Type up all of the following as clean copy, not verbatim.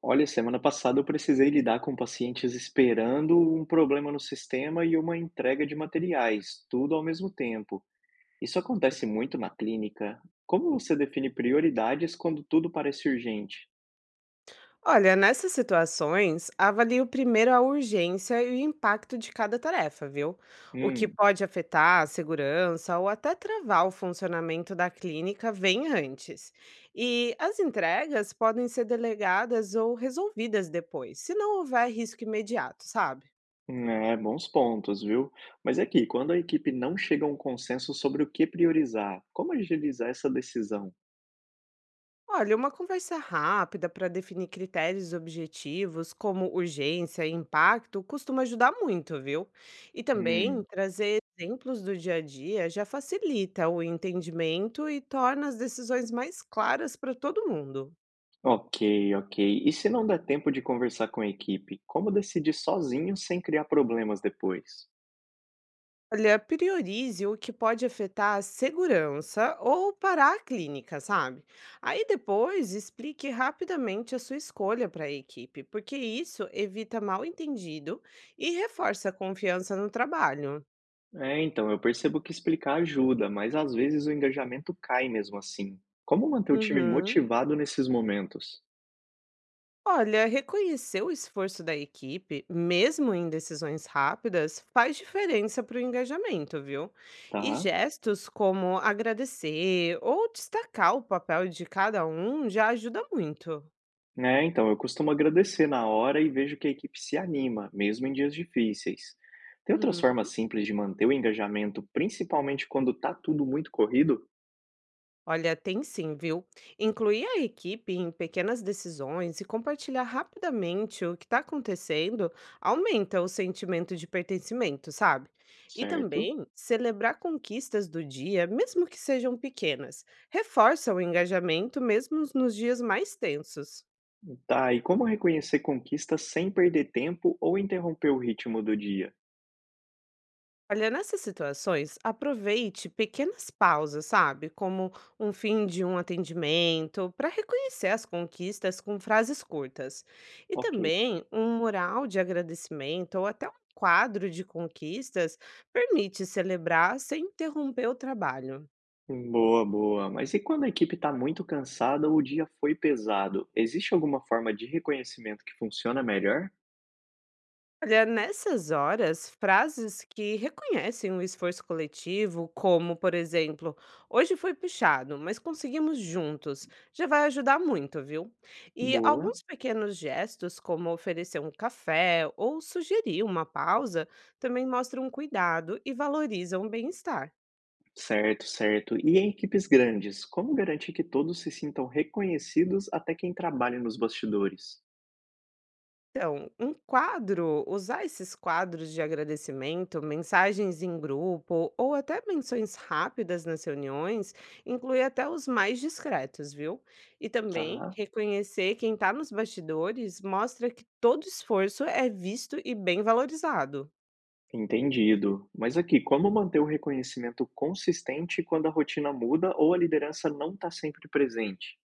Olha, semana passada eu precisei lidar com pacientes esperando um problema no sistema e uma entrega de materiais, tudo ao mesmo tempo. Isso acontece muito na clínica. Como você define prioridades quando tudo parece urgente? Olha, nessas situações, avalio primeiro a urgência e o impacto de cada tarefa, viu? O que Hum, pode afetar a segurança ou até travar o funcionamento da clínica vem antes. E as entregas podem ser delegadas ou resolvidas depois, se não houver risco imediato, sabe? É, bons pontos, viu? Mas é que quando a equipe não chega a um consenso sobre o que priorizar, como agilizar essa decisão? Olha, uma conversa rápida para definir critérios objetivos, como urgência e impacto, costuma ajudar muito, viu? E também Hum, trazer exemplos do dia a dia já facilita o entendimento e torna as decisões mais claras para todo mundo. ok, ok. E se não der tempo de conversar com a equipe, como decidir sozinho sem criar problemas depois? Olha, priorize o que pode afetar a segurança ou parar a clínica, sabe? Aí depois explique rapidamente a sua escolha para a equipe, porque isso evita mal-entendido e reforça a confiança no trabalho. É, então, eu percebo que explicar ajuda, mas às vezes o engajamento cai mesmo assim. Como manter o time Uhum. motivado nesses momentos? Olha, reconhecer o esforço da equipe, mesmo em decisões rápidas, faz diferença para o engajamento, viu? E Tá? gestos como agradecer ou destacar o papel de cada um já ajuda muito. É, então, eu costumo agradecer na hora e vejo que a equipe se anima, mesmo em dias difíceis. Tem outras Uhum. formas simples de manter o engajamento, principalmente quando tá tudo muito corrido? Olha, tem sim, viu? Incluir a equipe em pequenas decisões e compartilhar rapidamente o que está acontecendo aumenta o sentimento de pertencimento, sabe? E Certo. também celebrar conquistas do dia, mesmo que sejam pequenas, reforça o engajamento mesmo nos dias mais tensos. Tá, e como reconhecer conquistas sem perder tempo ou interromper o ritmo do dia? Olha, nessas situações, aproveite pequenas pausas, sabe? Como um fim de um atendimento, para reconhecer as conquistas com frases curtas. E Ok. também um mural de agradecimento ou até um quadro de conquistas permite celebrar sem interromper o trabalho. Boa, boa. Mas e quando a equipe está muito cansada ou o dia foi pesado? Existe alguma forma de reconhecimento que funciona melhor? Olha, nessas horas, frases que reconhecem o esforço coletivo, como, por exemplo, hoje foi puxado, mas conseguimos juntos, já vai ajudar muito, viu? E Boa. alguns pequenos gestos, como oferecer um café ou sugerir uma pausa, também mostram cuidado e valorizam o bem-estar. Certo, certo. E em equipes grandes, como garantir que todos se sintam reconhecidos até quem trabalha nos bastidores? Então, um quadro, usar esses quadros de agradecimento, mensagens em grupo ou até menções rápidas nas reuniões, inclui até os mais discretos, viu? E também Tá, reconhecer quem está nos bastidores mostra que todo esforço é visto e bem valorizado. entendido. Mas aqui, como manter o reconhecimento consistente quando a rotina muda ou a liderança não está sempre presente?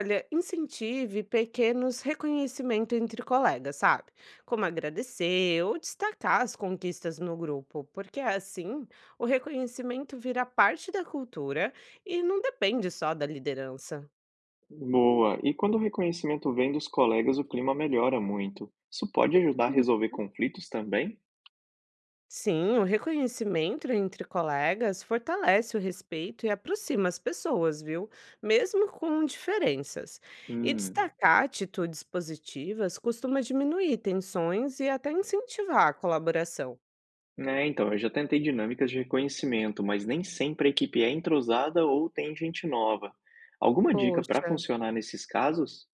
Olha, incentive pequenos reconhecimentos entre colegas, sabe? Como agradecer ou destacar as conquistas no grupo, porque assim o reconhecimento vira parte da cultura e não depende só da liderança. Boa. E quando o reconhecimento vem dos colegas, o clima melhora muito. Isso pode ajudar a Uhum. resolver conflitos também? Sim, o reconhecimento entre colegas fortalece o respeito e aproxima as pessoas, viu? Mesmo com diferenças. E Hum. destacar atitudes positivas costuma diminuir tensões e até incentivar a colaboração. É, então, eu já tentei dinâmicas de reconhecimento, mas nem sempre a equipe é entrosada ou tem gente nova. Alguma dica para Poxa, funcionar nesses casos?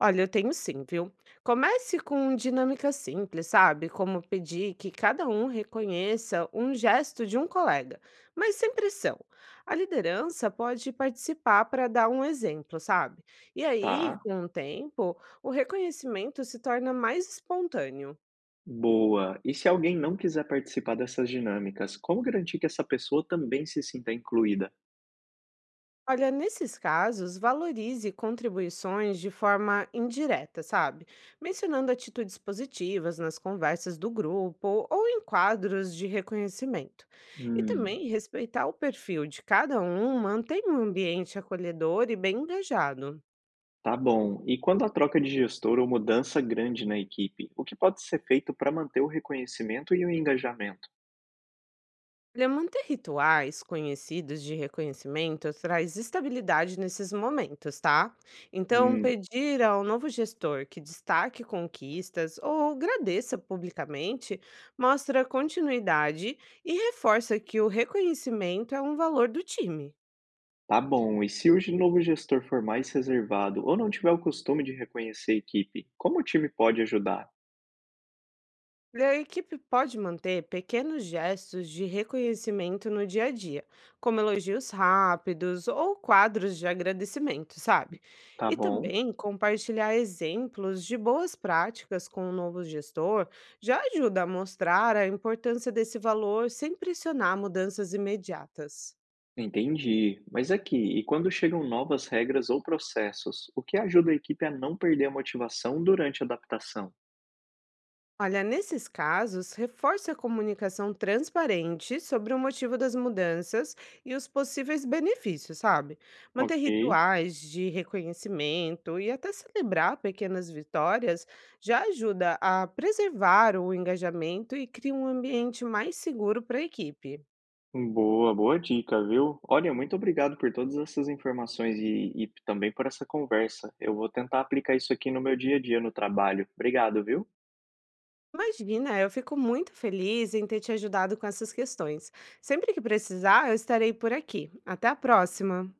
olha, eu tenho sim, viu? Comece com dinâmicas simples, sabe? Como pedir que cada um reconheça um gesto de um colega, mas sem pressão. A liderança pode participar para dar um exemplo, sabe? E aí, Tá. com o tempo, o reconhecimento se torna mais espontâneo. Boa. E se alguém não quiser participar dessas dinâmicas, como garantir que essa pessoa também se sinta incluída? Olha, nesses casos, valorize contribuições de forma indireta, sabe? Mencionando atitudes positivas nas conversas do grupo ou em quadros de reconhecimento. E Hum. também respeitar o perfil de cada um mantém um ambiente acolhedor e bem engajado. Tá bom. E quando a troca de gestor ou mudança grande na equipe, o que pode ser feito para manter o reconhecimento e o engajamento? Olha, manter rituais conhecidos de reconhecimento traz estabilidade nesses momentos, tá? Então, Hum, pedir ao novo gestor que destaque conquistas ou agradeça publicamente mostra continuidade e reforça que o reconhecimento é um valor do time. tá bom. E se o novo gestor for mais reservado ou não tiver o costume de reconhecer a equipe, como o time pode ajudar? E a equipe pode manter pequenos gestos de reconhecimento no dia a dia, como elogios rápidos ou quadros de agradecimento, sabe? Tá E bom. também compartilhar exemplos de boas práticas com o novo gestor já ajuda a mostrar a importância desse valor sem pressionar mudanças imediatas. Entendi. Mas aqui, e quando chegam novas regras ou processos, o que ajuda a equipe a não perder a motivação durante a adaptação? Olha, nesses casos, reforce a comunicação transparente sobre o motivo das mudanças e os possíveis benefícios, sabe? Manter Ok. rituais de reconhecimento e até celebrar pequenas vitórias já ajuda a preservar o engajamento e cria um ambiente mais seguro para a equipe. Boa, boa dica, viu? Olha, muito obrigado por todas essas informações e também por essa conversa. Eu vou tentar aplicar isso aqui no meu dia a dia no trabalho. Obrigado, viu? Imagina, eu fico muito feliz em ter te ajudado com essas questões. Sempre que precisar, eu estarei por aqui. Até a próxima!